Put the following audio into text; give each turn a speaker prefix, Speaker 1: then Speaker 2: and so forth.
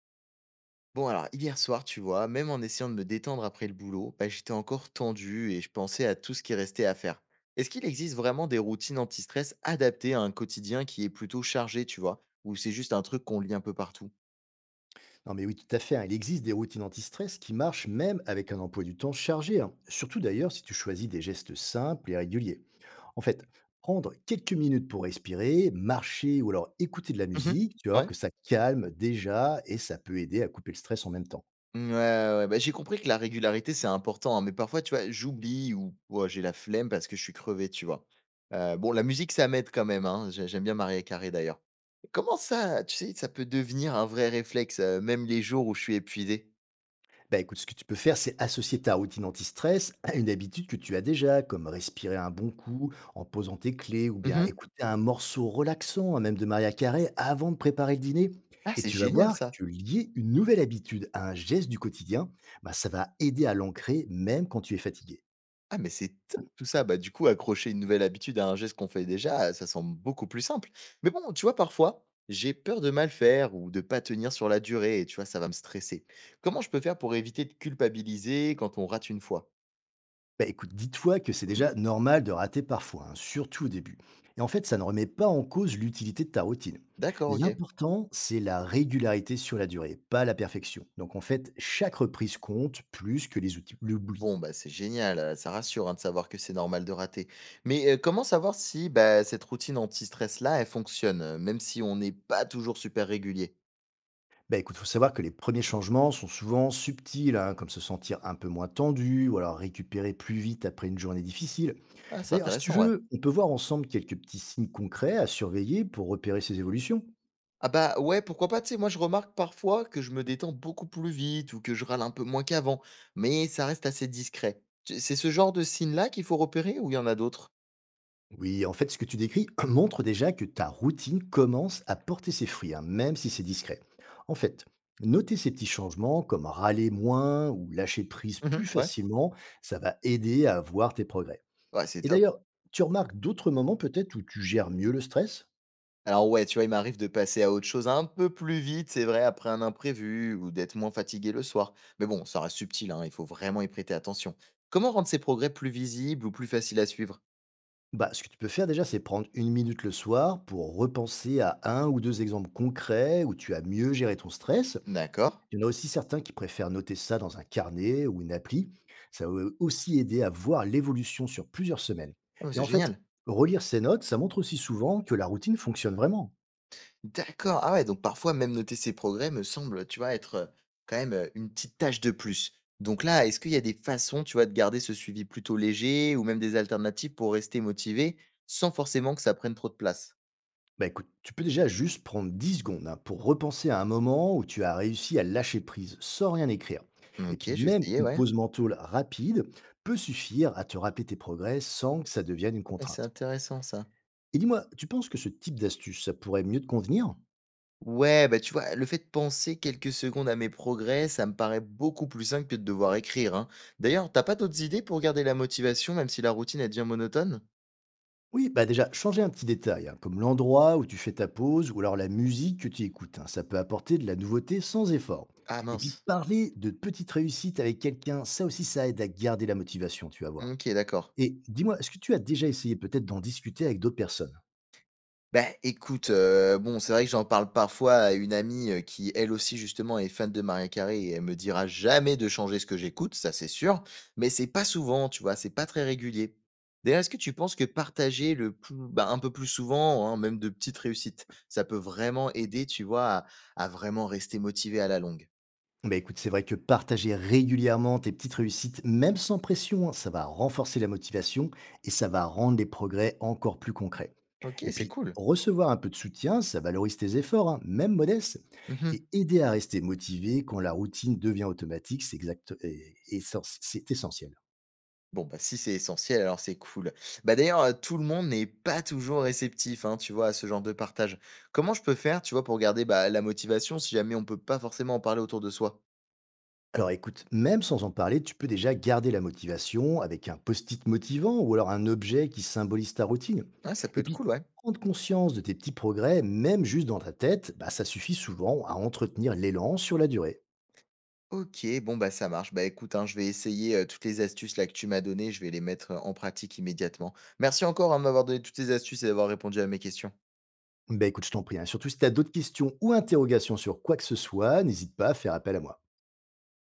Speaker 1: Bon alors, hier soir, tu vois, même en essayant de me détendre après le boulot, bah, j'étais encore tendu et je pensais à tout ce qui restait à faire. Est-ce qu'il existe vraiment des routines anti-stress adaptées à un quotidien qui est plutôt chargé, tu vois, ou c'est juste un truc qu'on lit un peu partout?
Speaker 2: Non mais oui, tout à fait, hein. Il existe des routines anti-stress qui marchent même avec un emploi du temps chargé, hein. Surtout d'ailleurs si tu choisis des gestes simples et réguliers. En fait, prendre quelques minutes pour respirer, marcher ou alors écouter de la
Speaker 1: Mhm.
Speaker 2: musique, tu vas voir
Speaker 1: Ouais.
Speaker 2: que ça calme déjà et ça peut aider à couper le stress en même temps.
Speaker 1: Mmh, ouais, ouais, bah, j'ai compris que la régularité, c'est important, hein, mais parfois, tu vois, j'oublie ou ouais, j'ai la flemme parce que je suis crevé, tu vois. Bon, la musique, ça m'aide quand même, hein, j'aime bien Maria Carré d'ailleurs. Comment ça, tu sais, ça peut devenir un vrai réflexe, même les jours où je suis épuisé?
Speaker 2: Bah écoute, ce que tu peux faire, c'est associer ta routine anti-stress à une habitude que tu as déjà, comme respirer un bon coup en posant tes clés ou bien écouter un morceau relaxant, hein, même de Maria Carré, avant de préparer le dîner.
Speaker 1: Ah,
Speaker 2: Et
Speaker 1: c'est
Speaker 2: tu vas
Speaker 1: génial
Speaker 2: voir
Speaker 1: ça!
Speaker 2: que lier une nouvelle habitude à un geste du quotidien, bah, ça va aider à l'ancrer même quand tu es fatigué.
Speaker 1: Ah, mais c'est top tout ça! Bah, du coup, accrocher une nouvelle habitude à un geste qu'on fait déjà, ça semble beaucoup plus simple. Mais bon, tu vois, parfois, j'ai peur de mal faire ou de pas tenir sur la durée et tu vois, ça va me stresser. Comment je peux faire pour éviter de culpabiliser quand on rate une fois?
Speaker 2: Bah écoute, dis-toi que c'est déjà normal de rater parfois, hein, surtout au début. Et en fait, ça ne remet pas en cause l'utilité de ta routine.
Speaker 1: D'accord, OK.
Speaker 2: L'important, c'est la régularité sur la durée, pas la perfection. Donc en fait, chaque reprise compte plus que les outils, l'oubli.
Speaker 1: Bon, bah, c'est génial, ça rassure, hein, de savoir que c'est normal de rater. Mais, comment savoir si, bah, cette routine anti-stress là, elle fonctionne, même si on n'est pas toujours super régulier?
Speaker 2: Bah écoute, faut savoir que les premiers changements sont souvent subtils, hein, comme se sentir un peu moins tendu ou alors récupérer plus vite après une journée difficile.
Speaker 1: Ah, c'est
Speaker 2: D'ailleurs, si tu
Speaker 1: intéressant, ouais.
Speaker 2: veux, on peut voir ensemble quelques petits signes concrets à surveiller pour repérer ces évolutions.
Speaker 1: Ah bah, ouais, pourquoi pas, tu sais, moi je remarque parfois que je me détends beaucoup plus vite ou que je râle un peu moins qu'avant, mais ça reste assez discret. C'est ce genre de signe-là qu'il faut repérer ou il y en a d'autres?
Speaker 2: Oui, en fait, ce que tu décris montre déjà que ta routine commence à porter ses fruits, hein, même si c'est discret. En fait, noter ces petits changements, comme râler moins ou lâcher prise plus
Speaker 1: Mhm, ouais.
Speaker 2: facilement, ça va aider à voir tes progrès.
Speaker 1: Ouais, c'est
Speaker 2: Et
Speaker 1: top.
Speaker 2: d'ailleurs, tu remarques d'autres moments peut-être où tu gères mieux le stress.
Speaker 1: Alors ouais, tu vois, il m'arrive de passer à autre chose un peu plus vite, c'est vrai, après un imprévu ou d'être moins fatigué le soir. Mais bon, ça reste subtil, hein, il faut vraiment y prêter attention. Comment rendre ces progrès plus visibles ou plus faciles à suivre?
Speaker 2: Bah, ce que tu peux faire déjà, c'est prendre une minute le soir pour repenser à un ou deux exemples concrets où tu as mieux géré ton stress.
Speaker 1: D'accord.
Speaker 2: Il y en a aussi certains qui préfèrent noter ça dans un carnet ou une appli. Ça va aussi aider à voir l'évolution sur plusieurs semaines.
Speaker 1: Ah ouais,
Speaker 2: Et
Speaker 1: c'est
Speaker 2: en fait,
Speaker 1: génial.
Speaker 2: relire ces notes, ça montre aussi souvent que la routine fonctionne vraiment.
Speaker 1: D'accord, ah ouais, donc parfois même noter ses progrès me semble, tu vois, être, quand même, une petite tâche de plus. Donc là, est-ce qu'il y a des façons, tu vois, de garder ce suivi plutôt léger ou même des alternatives pour rester motivé, sans forcément que ça prenne trop de place?
Speaker 2: Bah écoute, tu peux déjà juste prendre 10 secondes, hein, pour repenser à un moment où tu as réussi à lâcher prise sans rien écrire. Et
Speaker 1: OK,
Speaker 2: puis
Speaker 1: je vais
Speaker 2: même
Speaker 1: essayer,
Speaker 2: une
Speaker 1: ouais.
Speaker 2: pause mentale rapide peut suffire à te rappeler tes progrès sans que ça devienne une
Speaker 1: Ouais, c'est
Speaker 2: contrainte.
Speaker 1: intéressant ça.
Speaker 2: Et dis-moi, tu penses que ce type d'astuce, ça pourrait mieux te convenir?
Speaker 1: Ouais, bah, tu vois, le fait de penser quelques secondes à mes progrès, ça me paraît beaucoup plus simple que de devoir écrire, hein. D'ailleurs, t'as pas d'autres idées pour garder la motivation, même si la routine, elle devient monotone?
Speaker 2: Oui, bah déjà, changer un petit détail, hein, comme l'endroit où tu fais ta pause ou alors la musique que tu écoutes, hein, ça peut apporter de la nouveauté sans effort.
Speaker 1: Ah
Speaker 2: Et puis
Speaker 1: mince.
Speaker 2: parler de petites réussites avec quelqu'un, ça aussi, ça aide à garder la motivation, tu vas voir.
Speaker 1: OK, d'accord.
Speaker 2: Et dis-moi, est-ce que tu as déjà essayé peut-être d'en discuter avec d'autres personnes?
Speaker 1: Bah, écoute, bon, c'est vrai que j'en parle parfois à une amie, qui elle aussi justement est fan de Maria Carey et elle me dira jamais de changer ce que j'écoute, ça c'est sûr, mais c'est pas souvent, tu vois? C'est pas très régulier. D'ailleurs, est-ce que tu penses que partager le plus bah, un peu plus souvent, hein, même de petites réussites, ça peut vraiment aider, tu vois, à vraiment rester motivé à la longue?
Speaker 2: Bah écoute, c'est vrai que partager régulièrement tes petites réussites, même sans pression, hein, ça va renforcer la motivation et ça va rendre les progrès encore plus concrets.
Speaker 1: OK,
Speaker 2: Et
Speaker 1: c'est
Speaker 2: puis,
Speaker 1: cool.
Speaker 2: recevoir un peu de soutien, ça valorise tes efforts, hein, même modestes,
Speaker 1: Mmh.
Speaker 2: et aider à rester motivé quand la routine devient automatique, c'est exact, c'est essentiel.
Speaker 1: Bon, bah, si c'est essentiel, alors c'est cool. Bah, d'ailleurs, tout le monde n'est pas toujours réceptif, hein, tu vois, à ce genre de partage. Comment je peux faire, tu vois, pour garder, bah, la motivation si jamais on peut pas forcément en parler autour de soi?
Speaker 2: Alors écoute, même sans en parler, tu peux déjà garder la motivation avec un post-it motivant ou alors un objet qui symbolise ta routine.
Speaker 1: Ouais, ça peut
Speaker 2: Et
Speaker 1: être
Speaker 2: puis,
Speaker 1: cool, ouais.
Speaker 2: prendre conscience de tes petits progrès, même juste dans ta tête, bah, ça suffit souvent à entretenir l'élan sur la durée.
Speaker 1: OK, bon, bah, ça marche. Bah, écoute, hein, je vais essayer, toutes les astuces là que tu m'as données, je vais les mettre, en pratique immédiatement. Merci encore, hein, de m'avoir donné toutes ces astuces et d'avoir répondu à mes questions.
Speaker 2: Bah écoute, je t'en prie, hein. Surtout si tu as d'autres questions ou interrogations sur quoi que ce soit, n'hésite pas à faire appel à moi.